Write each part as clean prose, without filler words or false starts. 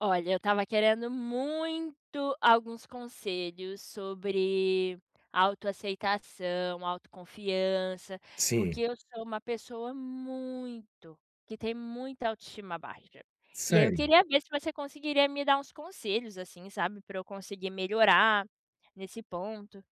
Olha, eu estava querendo muito alguns conselhos sobre autoaceitação, autoconfiança, Sim, porque eu sou uma pessoa muito que tem muita autoestima baixa. E aí eu sério? queria ver se você conseguiria me dar uns conselhos, assim, sabe, para eu conseguir melhorar nesse ponto.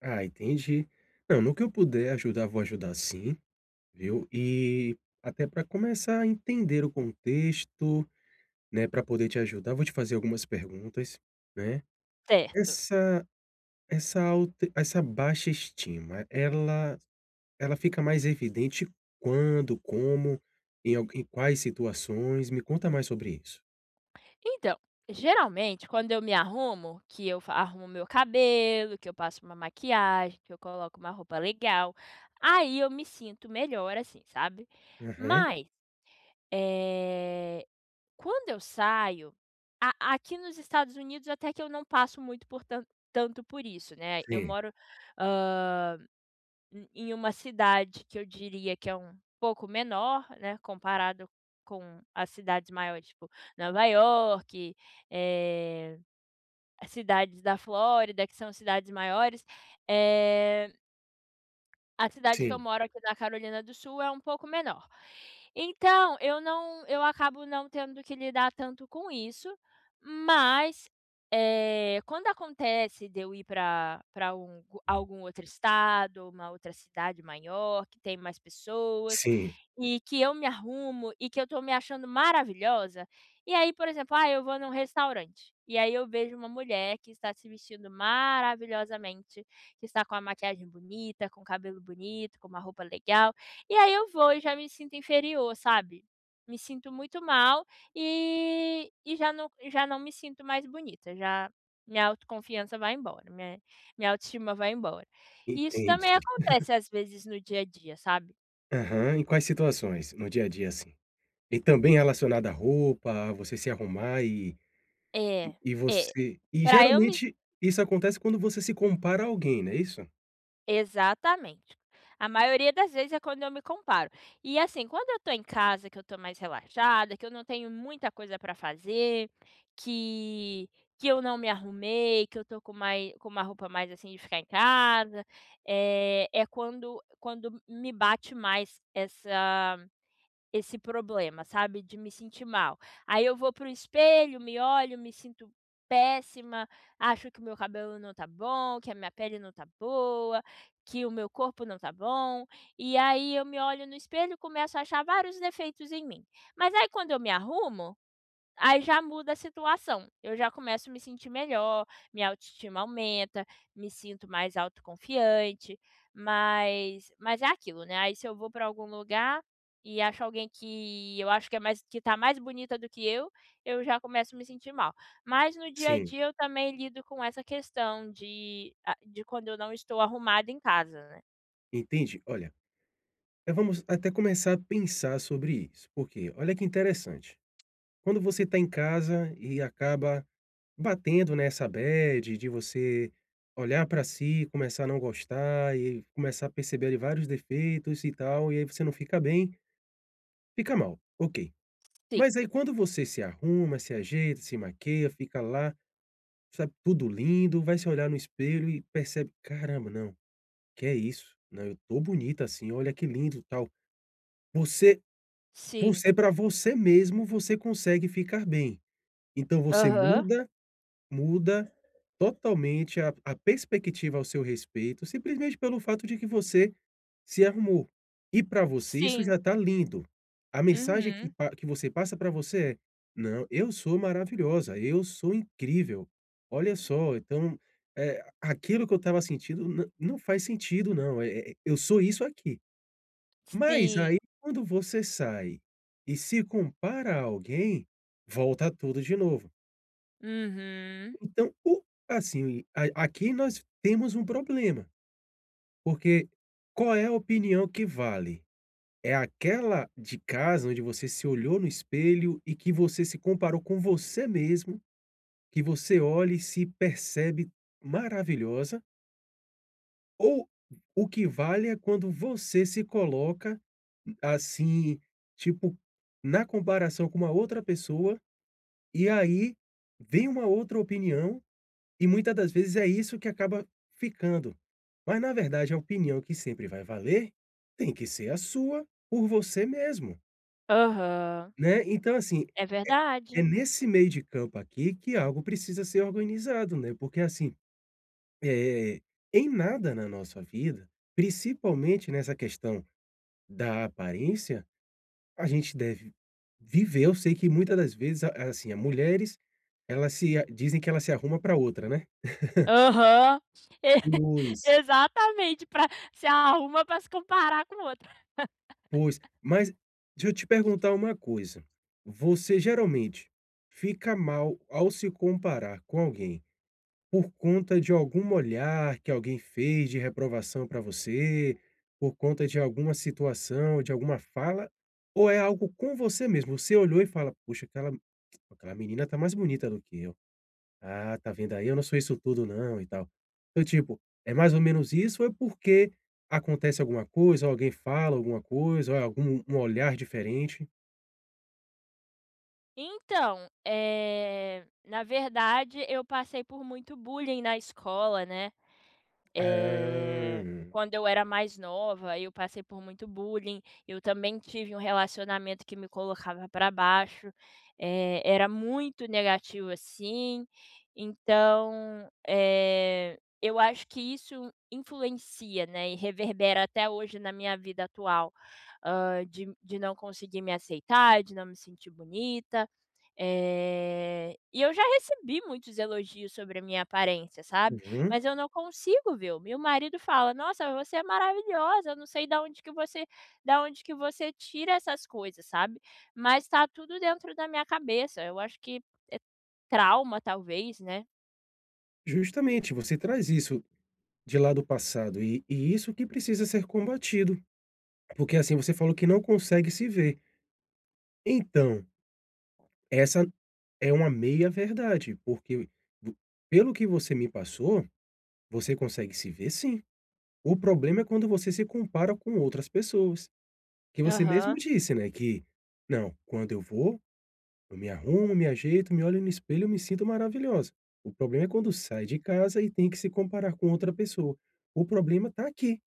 Ah, entendi. Não, no que eu puder ajudar, vou ajudar sim, viu? E até para começar a entender o contexto, né, para poder te ajudar, vou te fazer algumas perguntas, né? Certo. Essa essa alta essa baixa estima, ela fica mais evidente quando, como, em algu em quais situações? Me conta mais sobre isso. Então, geralmente, quando eu me arrumo, que eu arrumo meu cabelo, que eu passo uma maquiagem, que eu coloco uma roupa legal, aí eu me sinto melhor, assim, sabe? Aham, Mas, eh, quando eu saio, aqui nos Estados Unidos, até que eu não passo muito por tanto por isso, né? Eu sim, moro em uma cidade que eu diria que é um pouco menor, né, comparado com as cidades maiores, tipo Nova York, eh, as cidades da Flórida, que são cidades maiores, eh a cidade que eu sim, moro aqui na Carolina do Sul é um pouco menor. Então, eu não eu acabo não tendo que lidar tanto com isso, mas, quando acontece de eu ir pra um algum outro estado, uma outra cidade maior, que tem mais pessoas, sim, e que eu me arrumo, e que eu tô me achando maravilhosa, e aí, por exemplo, ah, eu vou num restaurante, e aí eu vejo uma mulher que está se vestindo maravilhosamente que está com a maquiagem bonita, com o cabelo bonito, com uma roupa legal, e aí eu vou e já me sinto inferior, sabe. Me sinto muito mal e já não me sinto mais bonita, já minha autoconfiança vai embora, minha autoestima vai embora. E isso também entendi. acontece às vezes no dia a dia, sabe. Aham, em quais situações? No dia a dia, assim? E também relacionada à roupa, a você se arrumar e e É, e é. você e Para eu me geralmente isso acontece quando você se compara a alguém, não é isso? Exatamente. A maioria das vezes é quando eu me comparo. E assim, quando eu tô em casa, que eu tô mais relaxada, que eu não tenho muita coisa para fazer, que que eu não me arrumei, que eu tô com mais com uma roupa mais assim de ficar em casa, é é quando me bate mais essa esse problema, sabe, de me sentir mal. Aí eu vou para o espelho, me olho, me sinto péssima, acho que o meu cabelo não tá bom, que a minha pele não tá boa, que o meu corpo não tá bom, e aí eu me olho no espelho e começo a achar vários defeitos em mim. Mas aí quando eu me arrumo aí já muda a situação, eu já começo a me sentir melhor, minha autoestima aumenta, me sinto mais autoconfiante, mas é aquilo, né, aí se eu vou para algum lugar e acho alguém que eu acho que é mais que tá mais bonita do que eu já começo a me sentir mal. Mas no dia a Sim, dia eu também lido com essa questão de a de quando eu não estou arrumada em casa, né. entende? Olha, vamos até começar a pensar sobre isso, porque olha que interessante, quando você está em casa e acaba batendo nessa bad de você olhar pra si, começar a não gostar e começar a perceber ali vários defeitos e tal, e aí você não fica bem, fica mal, ok. Sim, Mas aí quando você se arruma, se ajeita, se maqueia, fica lá, sabe, tudo lindo, vai se olhar no espelho e percebe: "Caramba, não, que é isso? Não, eu tô bonita assim, olha que lindo, tal". Você sim. você para você mesmo, você consegue ficar bem. Então você Aham. muda totalmente a perspectiva ao seu respeito, simplesmente pelo fato de que você se arrumou. E para você isso Sim. já tá lindo. A mensagem que Uhum. pa que você passa para você é: "Não, eu sou maravilhosa, eu sou incrível. Olha só, então, aquilo que eu estava sentindo nã não faz sentido não, eu sou isso aqui". Mas aí Sim. quando você sai e se compara a alguém, volta tudo de novo. Uhum. Então o assim, a aqui nós temos um problema, porque qual é a opinião que vale? É aquela de casa onde você se olhou no espelho e que você se comparou com você mesmo, que você olha e se percebe maravilhosa, ou o que vale é quando você se coloca, assim, tipo, na comparação com uma outra pessoa, e aí vem uma outra opinião, e muitas das vezes é isso que acaba ficando. Mas na verdade a opinião que sempre vai valer tem que ser a sua por você mesmo, Aham. né. Então assim, É verdade. é nesse meio de campo aqui que algo precisa ser organizado, né, porque assim, eh, em nada na nossa vida, principalmente nessa questão da aparência, a gente deve viver eu sei que muitas das vezes, a assim, as mulheres, elas se a dizem que ela se arruma para outra, né. Aham. E Pois, exatamente, pra se arruma para se comparar com o outro. pois. Mas deixa eu te perguntar uma coisa, você geralmente fica mal ao se comparar com alguém, por conta de algum olhar que alguém fez de reprovação para você, por conta de alguma situação, de alguma fala, ou é algo com você mesmo? Você olhou e fala: puxa, aquela menina tá mais bonita do que eu. Ah, tá vendo aí? Eu não sou isso tudo não", e tal. Então, tipo, é mais ou menos isso ou é porque acontece alguma coisa, ou alguém fala alguma coisa, ou é algum um olhar diferente? Então, na verdade eu passei por muito bullying na escola, né. Ah. Quando eu era mais nova, eu passei por muito bullying. Eu também tive um relacionamento que me colocava para baixo, era muito negativo, assim. Então, eu acho que isso influencia, né, e reverbera até hoje na minha vida atual, de não conseguir me aceitar, de não me sentir bonita. E eu já recebi muitos elogios sobre a minha aparência, sabe? Uhum. Mas eu não consigo ver. Meu marido fala: "Nossa, você é maravilhosa, eu não sei da onde que você da onde que você tira essas coisas", sabe. Mas tá tudo dentro da minha cabeça. Eu acho que é trauma talvez, né. Justamente, você traz isso de lá do passado e isso que precisa ser combatido, porque assim, você falou que não consegue se ver. Então, essa é uma meia verdade, porque vo pelo que você me passou, você consegue se ver sim. O problema é quando você se compara com outras pessoas, que você mesmo Aham, disse, né, que: "Não, quando eu vou, eu me arrumo, me ajeito, me olho no espelho, eu me sinto maravilhosa". O problema é quando sai de casa e tem que se comparar com outra pessoa. O problema tá aqui,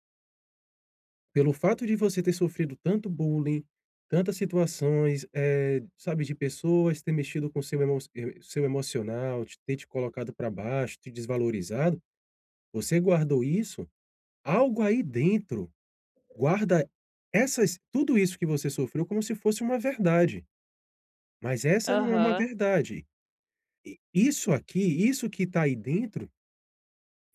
pelo fato de você ter sofrido tanto bullying, tantas situações, sabe, de pessoas ter mexido com seu emo seu emocional, te ter te colocado para baixo, te desvalorizado, você guardou isso, algo aí dentro guarda essas tudo isso que você sofreu como se fosse uma verdade, mas essa não é uma aham. verdade. E isso aqui, isso que está aí dentro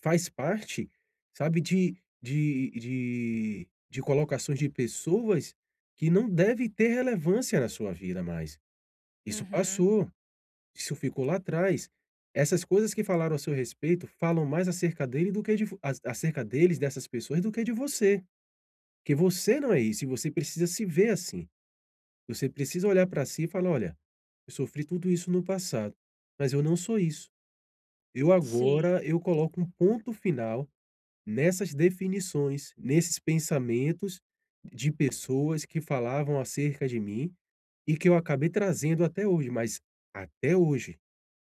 faz parte, sabe, de colocações de pessoas que não deve ter relevância na sua vida mais. Isso Uhum. passou, isso ficou lá atrás. Essas coisas que falaram a seu respeito falam mais acerca dele do que de vo a acerca deles, dessas pessoas, do que de você. Que você não é isso e você precisa se ver assim. Você precisa olhar para si e falar: "Olha, eu sofri tudo isso no passado, mas eu não sou isso. Sim. Eu coloco um ponto final nessas definições, nesses pensamentos de pessoas que falavam acerca de mim e que eu acabei trazendo até hoje, mas até hoje,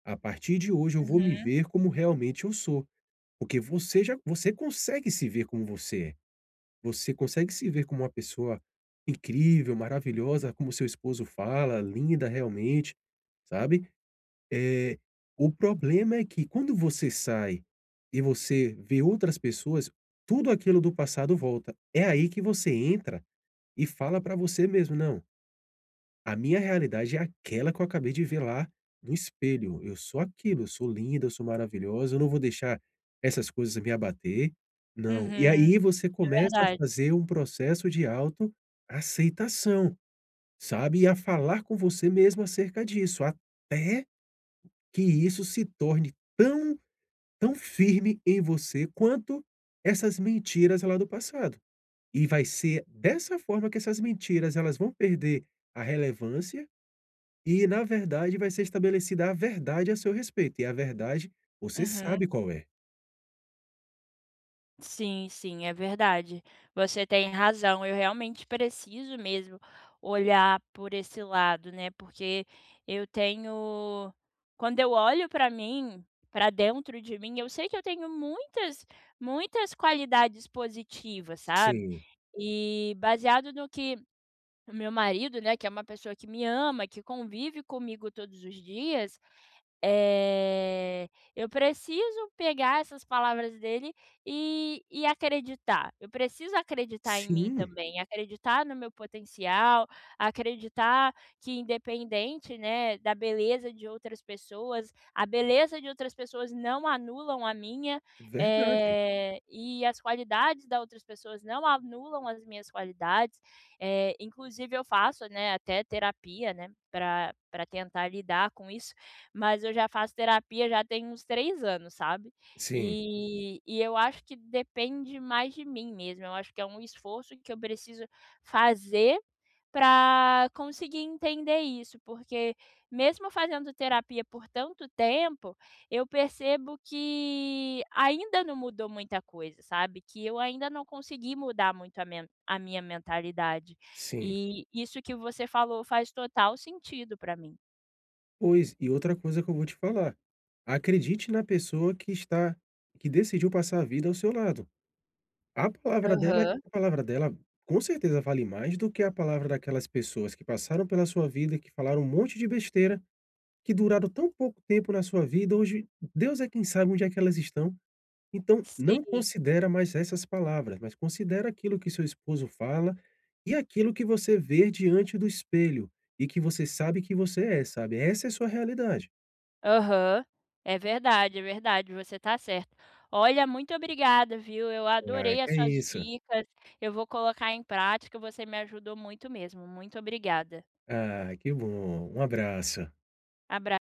a partir de hoje eu vou me Uhum, ver como realmente eu sou, porque você consegue se ver como você é. Você consegue se ver como uma pessoa incrível, maravilhosa, como seu esposo fala, linda realmente, sabe? Eh, o problema é que quando você sai e você vê outras pessoas, tudo aquilo do passado volta. É aí que você entra e fala pra você mesmo: "Não, a minha realidade é aquela que eu acabei de ver lá no espelho. Eu sou aquilo, eu sou linda, eu sou maravilhosa, eu não vou deixar essas coisas me abater". Não. E uhum. aí você É começa a verdade. fazer um processo de autoaceitação, sabe, e a falar com você mesmo acerca disso, até que isso se torne tão, tão firme em você quanto essas mentiras lá do passado. E vai ser dessa forma que essas mentiras, elas vão perder a relevância e, na verdade, vai ser estabelecida a verdade a seu respeito. E a verdade, você Uhum. sabe qual é. Sim, sim, é verdade. Você tem razão. Eu realmente preciso mesmo olhar por esse lado, né? Porque eu tenho. Quando eu olho para mim, para dentro de mim, eu sei que eu tenho muitas, muitas qualidades positivas, sabe? Sim, E baseado no que o meu marido, né, que é uma pessoa que me ama, que convive comigo todos os dias, eh, eu preciso pegar essas palavras dele e acreditar. Eu preciso acreditar em mim sim, também, acreditar no meu potencial, acreditar que independente, né, da beleza de outras pessoas, a beleza de outras pessoas não anulam a minha, verdade. E as qualidades da outras pessoas não anulam as minhas qualidades. Inclusive eu faço, né, até terapia, né, pra tentar lidar com isso, mas eu já faço terapia já tem uns 3 anos, sabe. Sim, E eu acho que depende mais de mim mesmo. Eu acho que é um esforço que eu preciso fazer para conseguir entender isso, porque mesmo fazendo terapia por tanto tempo, eu percebo que ainda não mudou muita coisa, sabe, que eu ainda não consegui mudar muito a men a minha mentalidade. sim. E isso que você falou faz total sentido para mim. Pois, e outra coisa que eu vou te falar, acredite na pessoa que está que decidiu passar a vida ao seu lado. Aham, A palavra dela com certeza vale mais do que a palavra daquelas pessoas que passaram pela sua vida, que falaram um monte de besteira, que duraram tão pouco tempo na sua vida, hoje Deus é quem sabe onde é que elas estão. Então, não sim. considera mais essas palavras, mas considera aquilo que seu esposo fala e aquilo que você vê diante do espelho e que você sabe que você é, sabe? Essa é a sua realidade. Aham. É verdade, você tá certo. Olha, muito obrigada, viu, eu Ah, adorei as que é suas isso. dicas, eu vou colocar em prática, você me ajudou muito mesmo. Muito obrigada. Ah, que bom. Um abraço. Abra